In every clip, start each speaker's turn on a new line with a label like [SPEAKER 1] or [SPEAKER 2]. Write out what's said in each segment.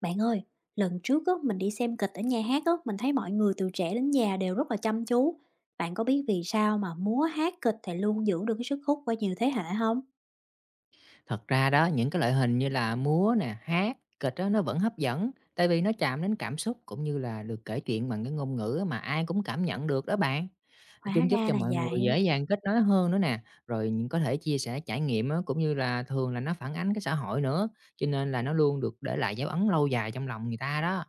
[SPEAKER 1] Bạn ơi, lần trước á, mình đi xem kịch ở nhà hát á, mình thấy mọi người từ trẻ đến già đều rất là chăm chú. Bạn có biết vì sao mà múa hát kịch thì luôn giữ được cái sức hút qua nhiều thế hệ không?
[SPEAKER 2] Thật ra đó, những cái loại hình như là múa nè, hát, kịch á, nó vẫn hấp dẫn, tại vì nó chạm đến cảm xúc cũng như là được kể chuyện bằng cái ngôn ngữ mà ai cũng cảm nhận được đó bạn.
[SPEAKER 1] Hóa
[SPEAKER 2] Chúng giúp
[SPEAKER 1] ra
[SPEAKER 2] cho
[SPEAKER 1] là
[SPEAKER 2] mọi người
[SPEAKER 1] vậy,
[SPEAKER 2] dễ dàng kết nối hơn nữa nè, rồi những có thể chia sẻ trải nghiệm á, cũng như là thường là nó phản ánh cái xã hội nữa, cho nên là nó luôn được để lại dấu ấn lâu dài trong lòng người ta đó.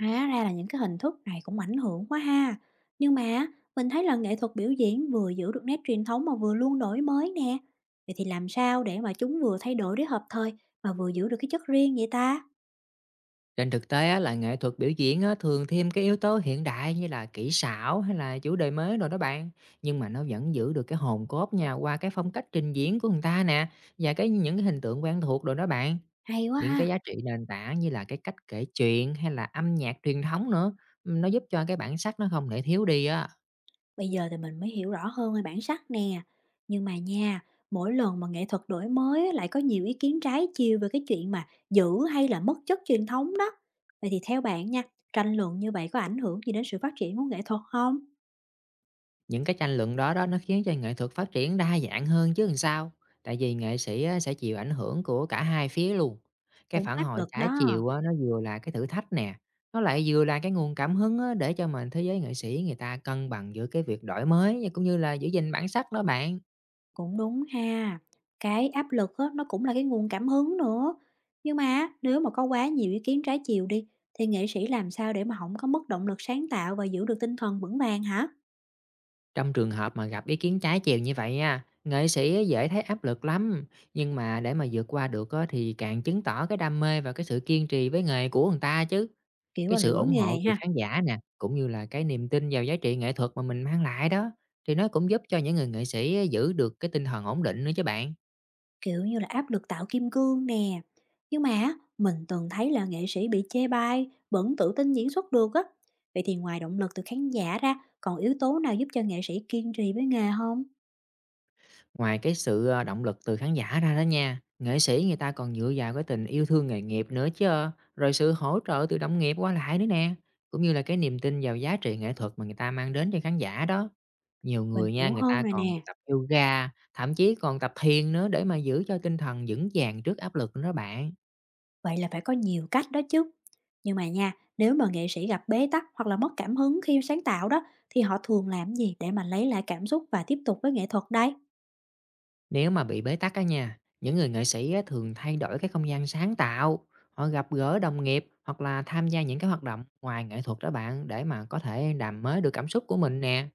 [SPEAKER 1] hóa ra là những cái hình thức này cũng ảnh hưởng quá ha. Nhưng mà mình thấy là nghệ thuật biểu diễn vừa giữ được nét truyền thống mà vừa luôn đổi mới nè. Vậy thì làm sao để mà chúng vừa thay đổi để hợp thời mà vừa giữ được cái chất riêng vậy ta?
[SPEAKER 2] Trên thực tế á, là nghệ thuật biểu diễn á, thường thêm cái yếu tố hiện đại như là kỹ xảo hay là chủ đề mới rồi đó bạn. Nhưng mà nó vẫn giữ được cái hồn cốt nha qua cái phong cách trình diễn của người ta nè và những cái hình tượng quen thuộc rồi đó bạn.
[SPEAKER 1] Hay quá
[SPEAKER 2] Những cái
[SPEAKER 1] ha.
[SPEAKER 2] giá trị nền tảng như là cái cách kể chuyện hay là âm nhạc truyền thống nữa, ừ, nó giúp cho cái bản sắc nó không thể thiếu đi á.
[SPEAKER 1] Bây giờ thì mình mới hiểu rõ hơn về bản sắc nè. Nhưng mà nha, mỗi lần mà nghệ thuật đổi mới á, lại có nhiều ý kiến trái chiều về cái chuyện mà giữ hay là mất chất truyền thống đó. Vậy thì theo bạn nha, tranh luận như vậy có ảnh hưởng gì đến sự phát triển của nghệ thuật không?
[SPEAKER 2] Những cái tranh luận đó đó nó khiến cho nghệ thuật phát triển đa dạng hơn chứ làm sao. Tại vì nghệ sĩ á, sẽ chịu ảnh hưởng của cả hai phía luôn. Cái
[SPEAKER 1] Cũng
[SPEAKER 2] phản
[SPEAKER 1] áp
[SPEAKER 2] hồi
[SPEAKER 1] lực
[SPEAKER 2] trái
[SPEAKER 1] đó.
[SPEAKER 2] chiều á, nó vừa là cái thử thách nè, nó lại vừa là cái nguồn cảm hứng á, để cho mình thế giới nghệ sĩ người ta cân bằng giữa cái việc đổi mới và cũng như là giữ gìn bản sắc đó bạn.
[SPEAKER 1] Cũng đúng ha. Cái áp lực á, nó cũng là cái nguồn cảm hứng nữa. Nhưng mà nếu mà có quá nhiều ý kiến trái chiều đi, thì nghệ sĩ làm sao để mà không có mất động lực sáng tạo và giữ được tinh thần vững vàng hả?
[SPEAKER 2] Trong trường hợp mà gặp ý kiến trái chiều như vậy nha, nghệ sĩ dễ thấy áp lực lắm. Nhưng mà để mà vượt qua được á, thì càng chứng tỏ cái đam mê và cái sự kiên trì với nghề của người ta chứ.
[SPEAKER 1] Kiểu
[SPEAKER 2] Cái
[SPEAKER 1] là
[SPEAKER 2] sự
[SPEAKER 1] lửa
[SPEAKER 2] ủng hộ
[SPEAKER 1] nghề
[SPEAKER 2] từ
[SPEAKER 1] ha.
[SPEAKER 2] khán giả nè, cũng như là cái niềm tin vào giá trị nghệ thuật mà mình mang lại đó, thì nó cũng giúp cho những người nghệ sĩ giữ được cái tinh thần ổn định nữa chứ bạn.
[SPEAKER 1] Kiểu như là áp lực tạo kim cương nè. Nhưng mà á, mình từng thấy là nghệ sĩ bị chê bai, vẫn tự tin diễn xuất được á. Vậy thì ngoài động lực từ khán giả ra, còn yếu tố nào giúp cho nghệ sĩ kiên trì với nghề không?
[SPEAKER 2] Ngoài cái sự, động lực từ khán giả ra đó nha, nghệ sĩ người ta còn dựa vào cái tình yêu thương nghề nghiệp nữa chứ, rồi sự hỗ trợ từ đồng nghiệp qua lại nữa nè, cũng như là cái niềm tin vào giá trị nghệ thuật mà người ta mang đến cho khán giả đó. Nhiều
[SPEAKER 1] Mình
[SPEAKER 2] người nha,
[SPEAKER 1] hiểu
[SPEAKER 2] người
[SPEAKER 1] hơn
[SPEAKER 2] ta
[SPEAKER 1] rồi
[SPEAKER 2] còn
[SPEAKER 1] nè.
[SPEAKER 2] tập yoga, thậm chí còn tập thiền nữa để mà giữ cho tinh thần vững vàng trước áp lực nữa đó bạn.
[SPEAKER 1] Vậy là phải có nhiều cách đó chứ. Nhưng mà nha, nếu mà nghệ sĩ gặp bế tắc hoặc là mất cảm hứng khi sáng tạo đó, thì họ thường làm gì để mà lấy lại cảm xúc và tiếp tục với nghệ thuật đây?
[SPEAKER 2] Nếu mà bị bế tắc á nha, những người nghệ sĩ á, thường thay đổi cái không gian sáng tạo, họ gặp gỡ đồng nghiệp hoặc là tham gia những cái hoạt động ngoài nghệ thuật đó bạn để mà có thể làm mới được cảm xúc của mình nè.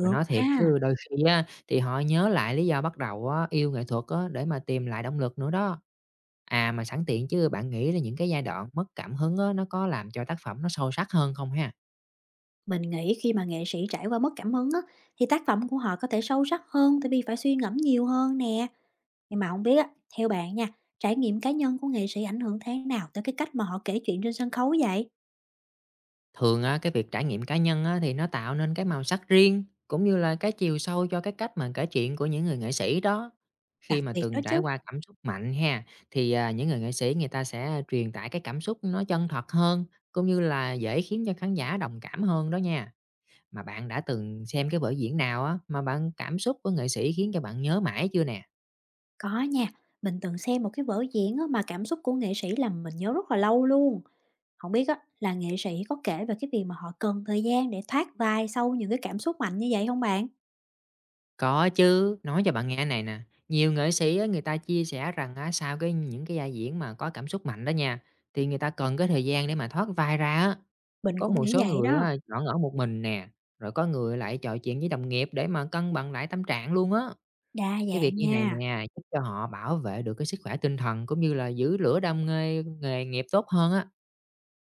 [SPEAKER 2] Mà nói thiệt
[SPEAKER 1] ha.
[SPEAKER 2] chứ đôi khi á, thì họ nhớ lại lý do bắt đầu á, yêu nghệ thuật á, để mà tìm lại động lực nữa đó. À mà sẵn tiện chứ bạn nghĩ là những cái giai đoạn mất cảm hứng á, nó có làm cho tác phẩm nó sâu sắc hơn không ha?
[SPEAKER 1] Mình nghĩ khi mà nghệ sĩ trải qua mất cảm hứng á, thì tác phẩm của họ có thể sâu sắc hơn tại vì phải suy ngẫm nhiều hơn nè. Nhưng mà không biết á, theo bạn nha, trải nghiệm cá nhân của nghệ sĩ ảnh hưởng thế nào tới cái cách mà họ kể chuyện trên sân khấu vậy?
[SPEAKER 2] Thường á, cái việc trải nghiệm cá nhân á, thì nó tạo nên cái màu sắc riêng, cũng như là cái chiều sâu cho cái cách mà kể chuyện của những người nghệ sĩ đó. Khi
[SPEAKER 1] Đặc
[SPEAKER 2] mà
[SPEAKER 1] biệt đó
[SPEAKER 2] từng trải
[SPEAKER 1] chứ.
[SPEAKER 2] qua cảm xúc mạnh ha, thì những người nghệ sĩ người ta sẽ truyền tải cái cảm xúc nó chân thật hơn, cũng như là dễ khiến cho khán giả đồng cảm hơn đó nha. Mà bạn đã từng xem cái vở diễn nào á, mà bạn cảm xúc của nghệ sĩ khiến cho bạn nhớ mãi chưa nè?
[SPEAKER 1] Có nha, mình từng xem một cái vở diễn á, mà cảm xúc của nghệ sĩ làm mình nhớ rất là lâu luôn. Không biết á, là nghệ sĩ có kể về cái việc mà họ cần thời gian để thoát vai sau những cái cảm xúc mạnh như vậy không bạn?
[SPEAKER 2] Có chứ, nói cho bạn nghe này nè, nhiều nghệ sĩ á, người ta chia sẻ rằng á, sau những cái vai diễn mà có cảm xúc mạnh đó nha, thì người ta cần cái thời gian để mà thoát vai ra á.
[SPEAKER 1] Mình
[SPEAKER 2] Có
[SPEAKER 1] cũng
[SPEAKER 2] một
[SPEAKER 1] nghĩ
[SPEAKER 2] số
[SPEAKER 1] vậy
[SPEAKER 2] người
[SPEAKER 1] đó.
[SPEAKER 2] á, chọn ở một mình nè, rồi có người lại trò chuyện với đồng nghiệp để mà cân bằng lại tâm trạng luôn á.
[SPEAKER 1] Đa
[SPEAKER 2] Cái việc
[SPEAKER 1] dạng
[SPEAKER 2] như này
[SPEAKER 1] nha.
[SPEAKER 2] nè, giúp cho họ bảo vệ được cái sức khỏe tinh thần cũng như là giữ lửa đam mê nghề nghiệp tốt hơn á.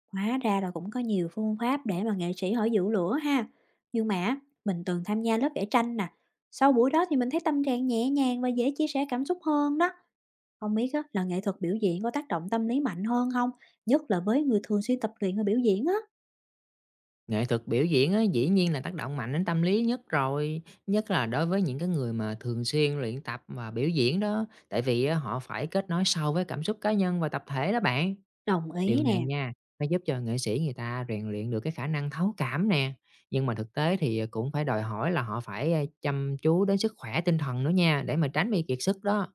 [SPEAKER 1] Hóa ra là cũng có nhiều phương pháp để mà nghệ sĩ họ giữ lửa ha. Nhưng mà á, mình từng tham gia lớp vẽ tranh nè. Sau buổi đó thì mình thấy tâm trạng nhẹ nhàng và dễ chia sẻ cảm xúc hơn đó. Không biết á, là nghệ thuật biểu diễn có tác động tâm lý mạnh hơn không? Nhất là với người thường xuyên tập luyện và biểu diễn á.
[SPEAKER 2] Nghệ thuật biểu diễn á, dĩ nhiên là tác động mạnh đến tâm lý nhất rồi, nhất là đối với những cái người mà thường xuyên luyện tập và biểu diễn đó, tại vì á, họ phải kết nối sâu với cảm xúc cá nhân và tập thể đó bạn.
[SPEAKER 1] Đồng
[SPEAKER 2] Điều
[SPEAKER 1] ý
[SPEAKER 2] này
[SPEAKER 1] nè,
[SPEAKER 2] nha, nó giúp cho nghệ sĩ người ta rèn luyện được cái khả năng thấu cảm nè, nhưng mà thực tế thì cũng phải đòi hỏi là họ phải chăm chú đến sức khỏe tinh thần nữa nha, để mà tránh bị kiệt sức đó.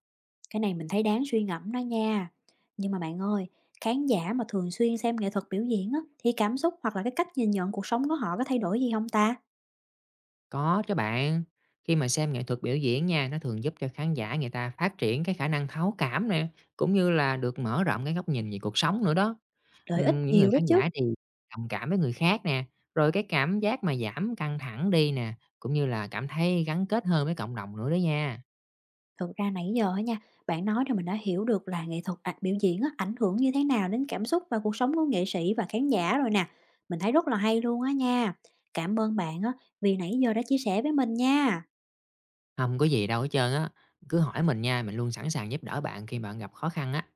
[SPEAKER 1] cái này mình thấy đáng suy ngẫm đó nha. Nhưng mà bạn ơi, khán giả mà thường xuyên xem nghệ thuật biểu diễn á, thì cảm xúc hoặc là cái cách nhìn nhận cuộc sống của họ có thay đổi gì không ta?
[SPEAKER 2] Có chứ bạn, khi mà xem nghệ thuật biểu diễn nha, nó thường giúp cho khán giả người ta phát triển cái khả năng thấu cảm nè, cũng như là được mở rộng cái góc nhìn về cuộc sống nữa đó.
[SPEAKER 1] Lợi ích
[SPEAKER 2] Những người
[SPEAKER 1] nhiều đó
[SPEAKER 2] khán
[SPEAKER 1] chứ.
[SPEAKER 2] giả thì đồng cảm với người khác nè, rồi cái cảm giác mà giảm căng thẳng đi nè, cũng như là cảm thấy gắn kết hơn với cộng đồng nữa đó nha.
[SPEAKER 1] Thực ra nãy giờ á nha, bạn nói thì mình đã hiểu được là nghệ thuật, biểu diễn á, ảnh hưởng như thế nào đến cảm xúc và cuộc sống của nghệ sĩ và khán giả rồi nè. Mình thấy rất là hay luôn á nha. Cảm ơn bạn á, vì nãy giờ đã chia sẻ với mình nha.
[SPEAKER 2] Không có gì đâu hết trơn á, cứ hỏi mình nha, mình luôn sẵn sàng giúp đỡ bạn khi bạn gặp khó khăn á.